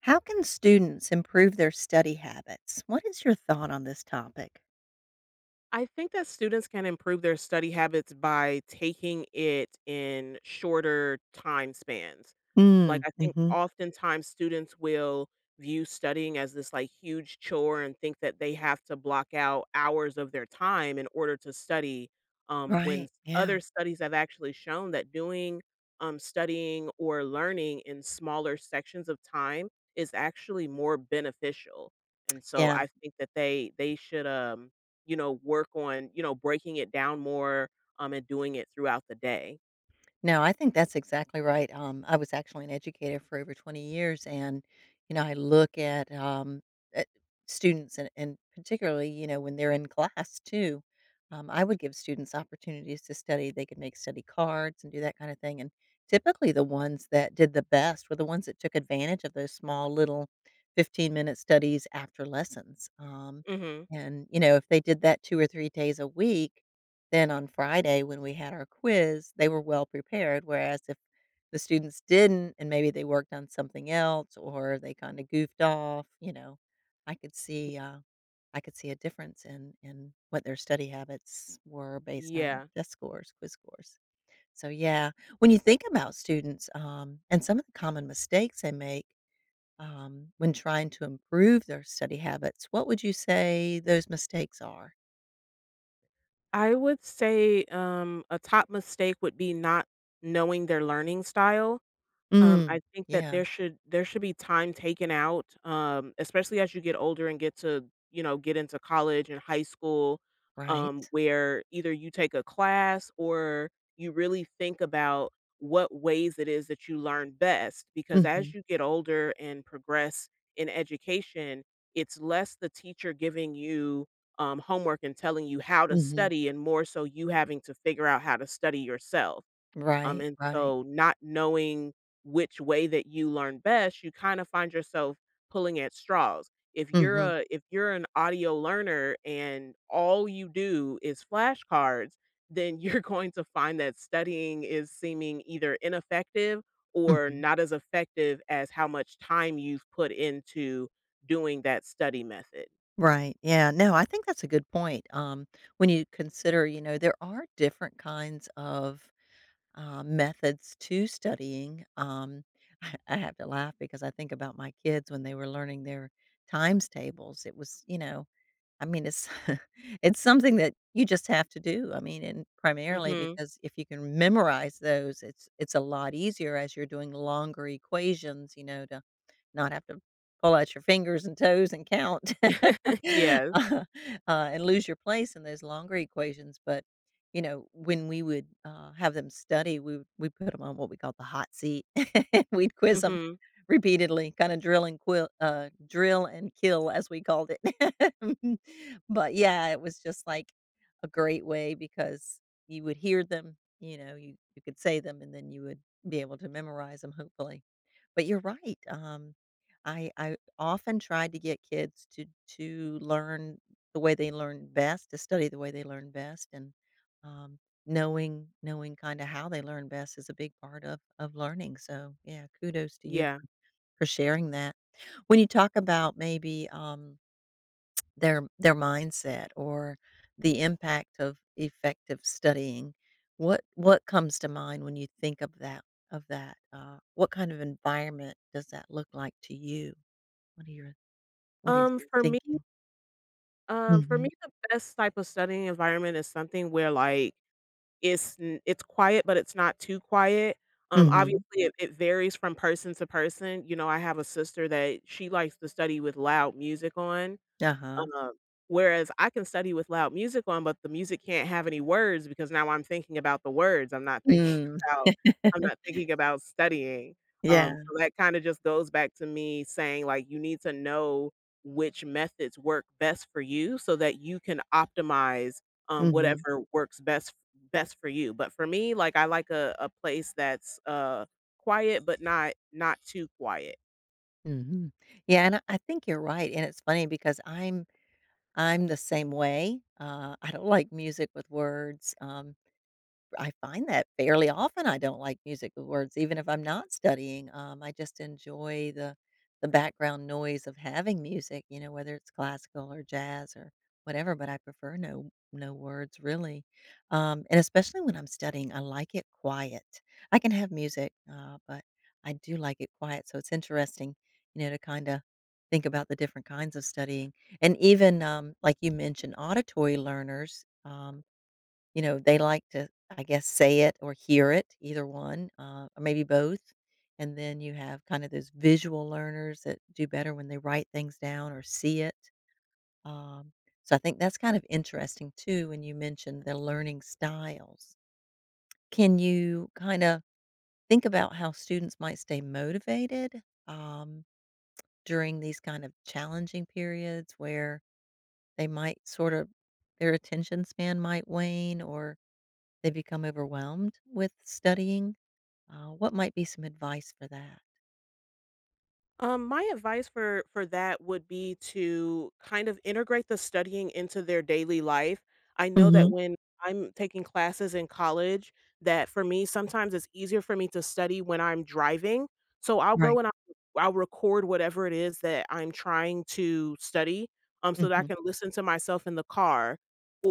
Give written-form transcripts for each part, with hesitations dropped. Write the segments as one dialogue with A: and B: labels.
A: How can students improve their study habits? What is your thought on this topic?
B: I think that students can improve their study habits by taking it in shorter time spans. Like,
A: Mm,
B: I think
A: mhm.
B: oftentimes students will view studying as this, like, huge chore and think that they have to block out hours of their time in order to study,
A: Right, yeah.
B: other studies have actually shown that studying or learning in smaller sections of time is actually more beneficial, and so
A: Yeah.
B: I think that they should, work on, breaking it down more, and doing it throughout the day.
A: No, I think that's exactly right. I was actually an educator for over 20 years, and you know, I look at, at students, and particularly, you know, when they're in class too. I would give students opportunities to study. They could make study cards and do that kind of thing. And typically, the ones that did the best were the ones that took advantage of those small little 15-minute studies after lessons. Um,
B: Mhm.
A: and you know, if they did that 2 or 3 days a week, then on Friday, when we had our quiz, they were well prepared, whereas if the students didn't and maybe they worked on something else or they kinda goofed off, you know, I could see, uh, I could see a difference in what their study habits were based on the
B: Yeah.
A: test scores, quiz scores. So, yeah, when you think about students, and some of the common mistakes they make, when trying to improve their study habits, what would you say those mistakes are?
B: I would say, a top mistake would be not knowing their learning style. I
A: Mm.
B: think that
A: Yeah,
B: there should be time taken out, especially as you get older and get to, you know, get into college and high school,
A: right.
B: where either you take a class or you really think about what ways it is that you learn best. Because
A: Mhm.
B: as you get older and progress in education, it's less the teacher giving you homework and telling you how to
A: Mhm.
B: study, and more so you having to figure out how to study yourself,
A: Right,
B: and
A: right.
B: so not knowing which way that you learn best, you kind of find yourself pulling at straws. If you're
A: Mhm,
B: an audio learner and all you do is flashcards, then you're going to find that studying is seeming either ineffective or
A: mhm.
B: not as effective as how much time you've put into doing that study method.
A: Right, yeah, no, I think that's a good point, when you consider, you know, there are different kinds of, methods to studying, um, I have to laugh because I think about my kids when they were learning their times tables, it was you know, I mean, it's it's something that you just have to do, I mean, and primarily
B: Mhm.
A: because if you can memorize those, it's a lot easier as you're doing longer equations, you know, to not have to pull out your fingers and toes and count uh,
B: Yes.
A: uh, and lose your place in those longer equations. But you know, when we would have them study, we put them on what we call the hot seat. We'd quiz them
B: Mhm.
A: repeatedly, kind of drill and quill, drill and kill, as we called it. But yeah, it was just like a great way because you would hear them, you know, you could say them, and then you would be able to memorize them, hopefully. But you're right. I often tried to get kids to learn the way they learn best, to study the way they learn best, and, um, knowing kinda how they learn best is a big part of learning, so, yeah, kudos to you
B: Yeah.
A: for sharing that. When you talk about maybe, their mindset or the impact of effective studying, what comes to mind when you think of that of that? What kind of environment does that look like to you? What are your what is
B: Um,
A: your
B: for me
A: thinking?
B: For me,
A: Mhm,
B: the best type of studying environment is something where it's quiet, but it's not too quiet.
A: mhm,
B: Obviously, it varies from person to person. You know, I have a sister that she likes to study with loud music on,
A: uh-huh.
B: um, whereas I can study with loud music on, but the music can't have any words because now I'm thinking about the words. I'm not thinking
A: Mm,
B: about I'm not thinking about studying.
A: yeah,
B: So that kind of just goes back to me saying like you need to know which methods work best for you so that you can optimize,
A: mhm,
B: whatever works best for you. But for me, like I like a place that's quiet but not too quiet.
A: mhm. Yeah, and I think you're right, and it's funny because I'm the same way. I don't like music with words. Um, I find that fairly often I don't like music with words, even if I'm not studying. I just enjoy the background noise of having music, you know, whether it's classical or jazz or whatever. But I prefer no no words really, and especially when I'm studying, I like it quiet. I can have music, but I do like it quiet. So it's interesting, you know, to kind of think about the different kinds of studying, and even like you mentioned, auditory learners. You know, they like to, I guess, say it or hear it, either one, or maybe both. And then you have kind of those visual learners that do better when they write things down or see it. Um, so I think that's kind of interesting too when you mentioned the learning styles. Can you kind of think about how students might stay motivated, um, during these kind of challenging periods where they might sort of their attention span might wane or they become overwhelmed with studying. What might be some advice for that?
B: My advice for that would be to kind of integrate the studying into their daily life. I know that
A: Mhm.
B: when I'm taking classes in college, that for me sometimes it's easier for me to study when I'm driving. So I'll go
A: Right.
B: and I'll record whatever it is that I'm trying to study, so that I
A: Mhm.
B: can listen to myself in the car.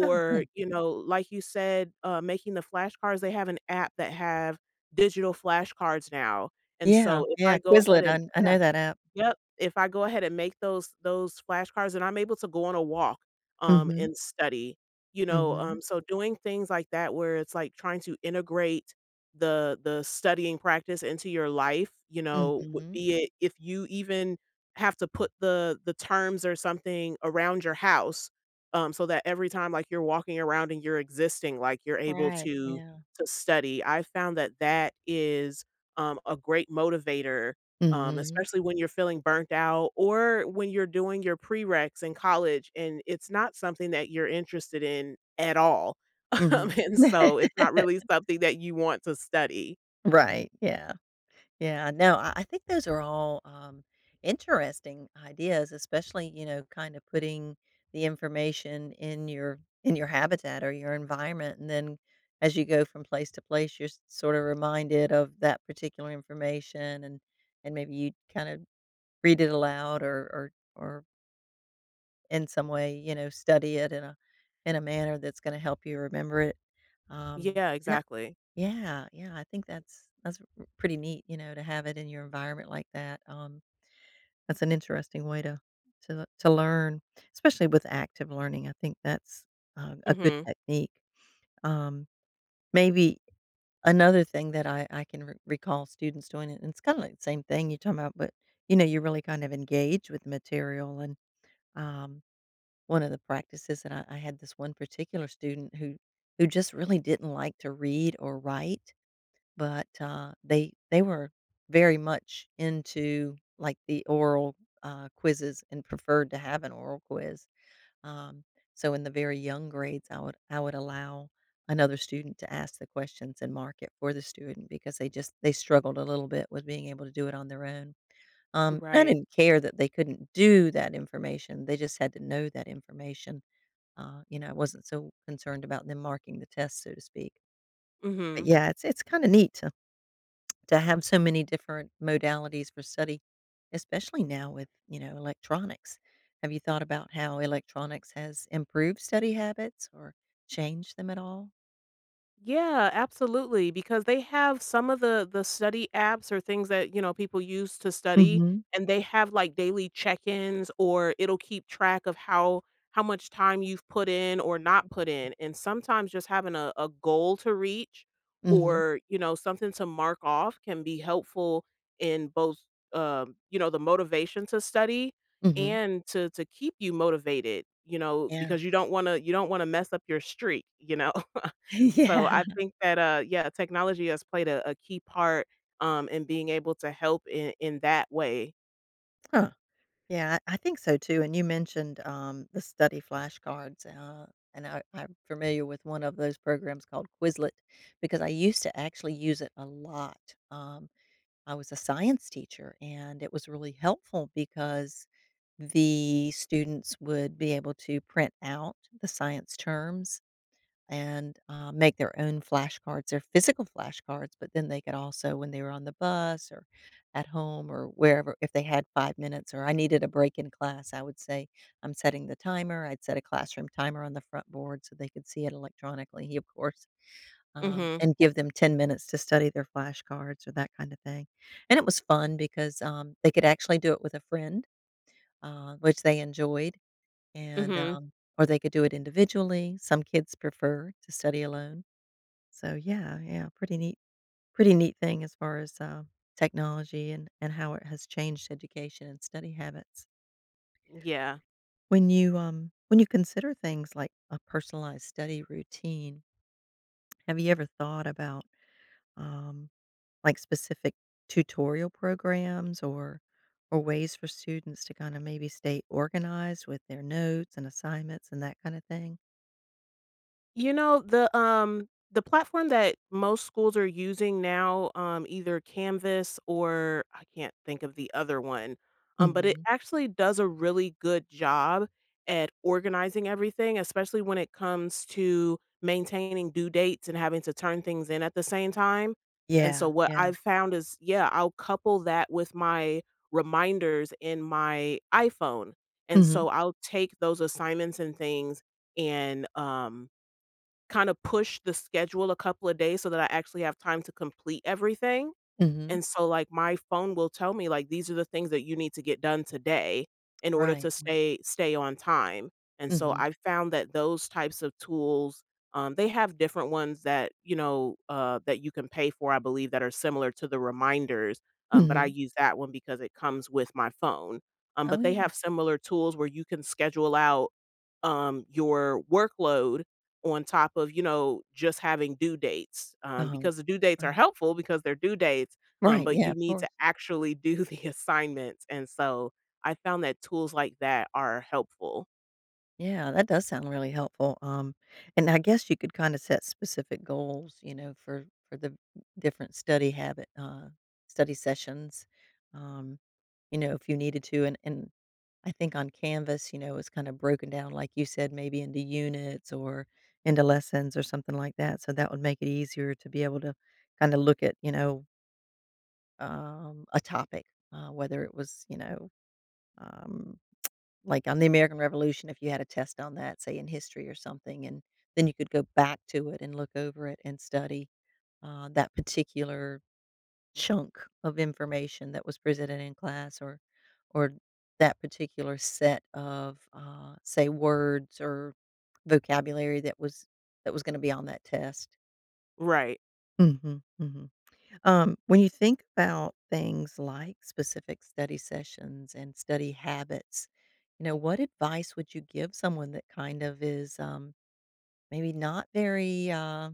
A: Oh, good.
B: you know, like you said, making the flashcards. They have an app that have digital flashcards now, and
A: Yeah,
B: so if
A: yeah,
B: I go ahead
A: Quizlet,
B: and
A: I
B: yeah
A: know that app.
B: Yep, if I go ahead and make those flashcards and I'm able to go on a walk,
A: Mhm,
B: and study,
A: mhm,
B: so doing things like that where it's like trying to integrate the studying practice into your life, you know, w
A: mhm.
B: be it if you even have to put the terms or something around your house, so that every time, like, you're walking around and you're existing, like, you're able
A: Right, yeah.
B: to study. I found that that is, a great motivator,
A: Mhm,
B: especially when you're feeling burnt out or when you're doing your prereqs in college and it's not something that you're interested in at all.
A: mhm.
B: And so it's not really something that you want to study.
A: Right, yeah. Yeah, no, I think those are all interesting ideas, especially, you know, kind of putting the information in your habitat or your environment, and then as you go from place to place, you're sort of reminded of that particular information, and maybe you kind of read it aloud or in some way, you know, study it in a manner that's going to help you remember it. Um,
B: Yeah,
A: and I,
B: exactly.
A: yeah, yeah, I think that's r pretty neat, you know, to have it in your environment like that, that's an interesting way to to learn, especially with active learning, I think that's, a good
B: Mhm.
A: technique. Um, maybe another thing that I can re recall students doing, and it's kinda like the same thing you're talking about, but, you know, you really kind of engage with the material, and, um, one of the practices that I had, this one particular student who just really didn't like to read or write. But, they were very much into, like, the oral, quizzes and preferred to have an oral quiz. Um, so in the very young grades, I would allow another student to ask the questions and mark it for the student because they just they struggled a little bit with being able to do it on their own. I
B: Right.
A: didn't care that they couldn't do that information, they just had to know that information. You know, I wasn't so concerned about them marking the test, so to speak. But
B: Mhm.
A: yeah, it's kinda neat to have so many different modalities for study, especially now with, you know, electronics. Have you thought about how electronics has improved study habits or changed them at all?
B: Yeah, absolutely, because they have some of the study apps or things that, you know, people use to study,
A: Mhm.
B: and they have, like, daily check-ins or it'll keep track of how much time you've put in or not put in, and sometimes just having a goal to reach
A: Mhm,
B: or, you know, something to mark off can be helpful in both, you know, the motivation to study
A: mhm,
B: and to keep you motivated, you know,
A: yeah.
B: because you don't wanna mess up your streak, you know? So
A: Yeah.
B: I think that, yeah, technology has played a key part, in being able to help in that way.
A: Huh, yeah, I think so too, and you mentioned, the study flashcards, and I'm familiar with one of those programs called Quizlet because I used to actually use it a lot, um I was a science teacher, and it was really helpful because the students would be able to print out the science terms and make their own flashcards, their physical flashcards, but then they could also, when they were on the bus or at home or wherever, if they had 5 minutes or I needed a break in class, I would say, I'm setting the timer. I'd set a classroom timer on the front board so they could see it electronically, of course,
B: Mhm,
A: and give them 10 minutes to study their flashcards or that kind of thing. And it was fun because, they could actually do it with a friend, which they enjoyed, and,
B: mhm,
A: or they could do it individually. Some kids prefer to study alone. So, yeah, yeah, pretty neat thing as far as, technology and how it has changed education and study habits.
B: yeah.
A: When you consider things like a personalized study routine, have you ever thought about, um like, specific tutorial programs or ways for students to kinda maybe stay organized with their notes and assignments and that kinda thing?
B: You know, the, um the platform that most schools are using now, either Canvas or I can't think of the other one, but it
A: Mhm.
B: actually does a really good job at organizing everything, especially when it comes to maintaining due dates and having to turn things in at the same time, and so
A: Yeah,
B: what
A: yeah.
B: I've found is, yeah, I'll couple that with my reminders in my iPhone, and
A: Mhm,
B: so I'll take those assignments and things and, um kind of push the schedule a couple of days so that I actually have time to complete everything.
A: mhm.
B: And so, like, my phone will tell me, like, "These are the things that you need to get done today in order
A: Right,
B: to
A: right.
B: stay on time." And so
A: Mhm,
B: I found that those types of tools, they have different ones that, you know, that you can pay for, I believe, that are similar to the reminders, but I
A: mhm.
B: use that one because it comes with my phone.
A: Oh,
B: But they
A: yeah.
B: have similar tools where you can schedule out, your workload on top of, you know, just having due dates,
A: Oh,
B: because the due dates are
A: right.
B: helpful because they're due dates,
A: Right,
B: but
A: yeah,
B: you
A: of
B: need
A: course.
B: to actually do the assignments, and so I found that tools like that are helpful.
A: Yeah, that does sound really helpful, and I guess you could kinda set specific goals, you know, for the different study habit, study sessions, um, you know, if you needed to, and I think on Canvas, you know, it's kinda broken down, like you said, maybe into units or into lessons or something like that, so that would make it easier to be able to kinda look at, you know, a topic, whether it was, you know, um, like on the American Revolution, if you had a test on that, say, in history or something, and then you could go back to it and look over it and study, that particular chunk of information that was presented in class or that particular set of say words or vocabulary that was going to be on that test.
B: Right.
A: Mhm, mhm. When you think about things like specific study sessions and study habits. You know, what advice would you give someone that kind of is maybe not very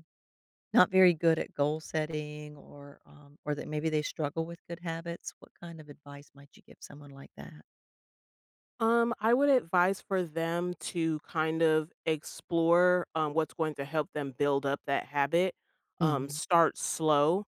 A: not very good at goal setting or that maybe they struggle with good habits, what kind of advice might you give someone like that?
B: I would advise for them to kind of explore, what's going to help them build up that habit.
A: Mhm.
B: Start slow.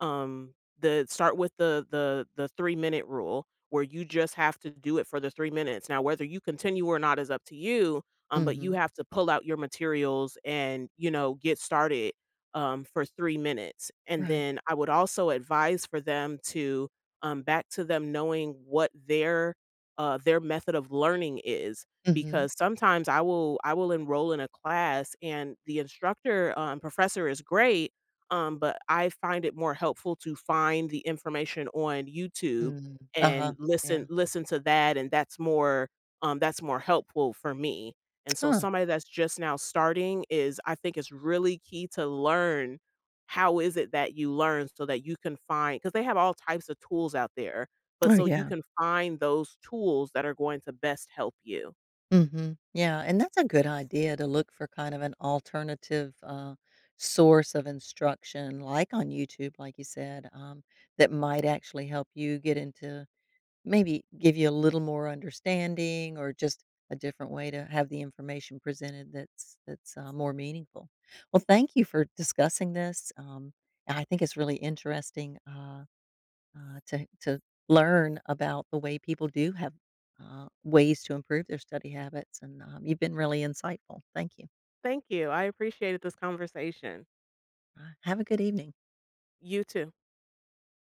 B: The Start with the 3-minute rule where you just have to do it for the 3 minutes. Now, whether you continue or not is up to you, but you
A: Mhm.
B: have to pull out your materials and, you know, get started, for 3 minutes. And
A: Right.
B: then I would also advise for them to, back to them knowing what their method of learning is
A: Mhm.
B: because sometimes I will enroll in a class and the professor is great, but I find it more helpful to find the information on YouTube
A: Mm. Uh-huh.
B: and
A: Yeah.
B: listen to that, and that's more helpful for me. And so
A: Huh.
B: somebody that's just now starting is I think it's really key to learn how is it that you learn so that you can find because they have all types of tools out there but
A: Oh,
B: so you
A: yeah.
B: can find those tools that are going to best help you.
A: Mhm. Yeah, and that's a good idea to look for kind of an alternative source of instruction, like on YouTube, like you said, that might actually help you get into, maybe give you a little more understanding or just a different way to have the information presented that's, more meaningful. Well, thank you for discussing this, and I think it's really interesting, to learn about the way people do have, ways to improve their study habits, and, you've been really insightful. Thank you.
B: Thank you. I appreciated this conversation.
A: Have a good evening.
B: You too.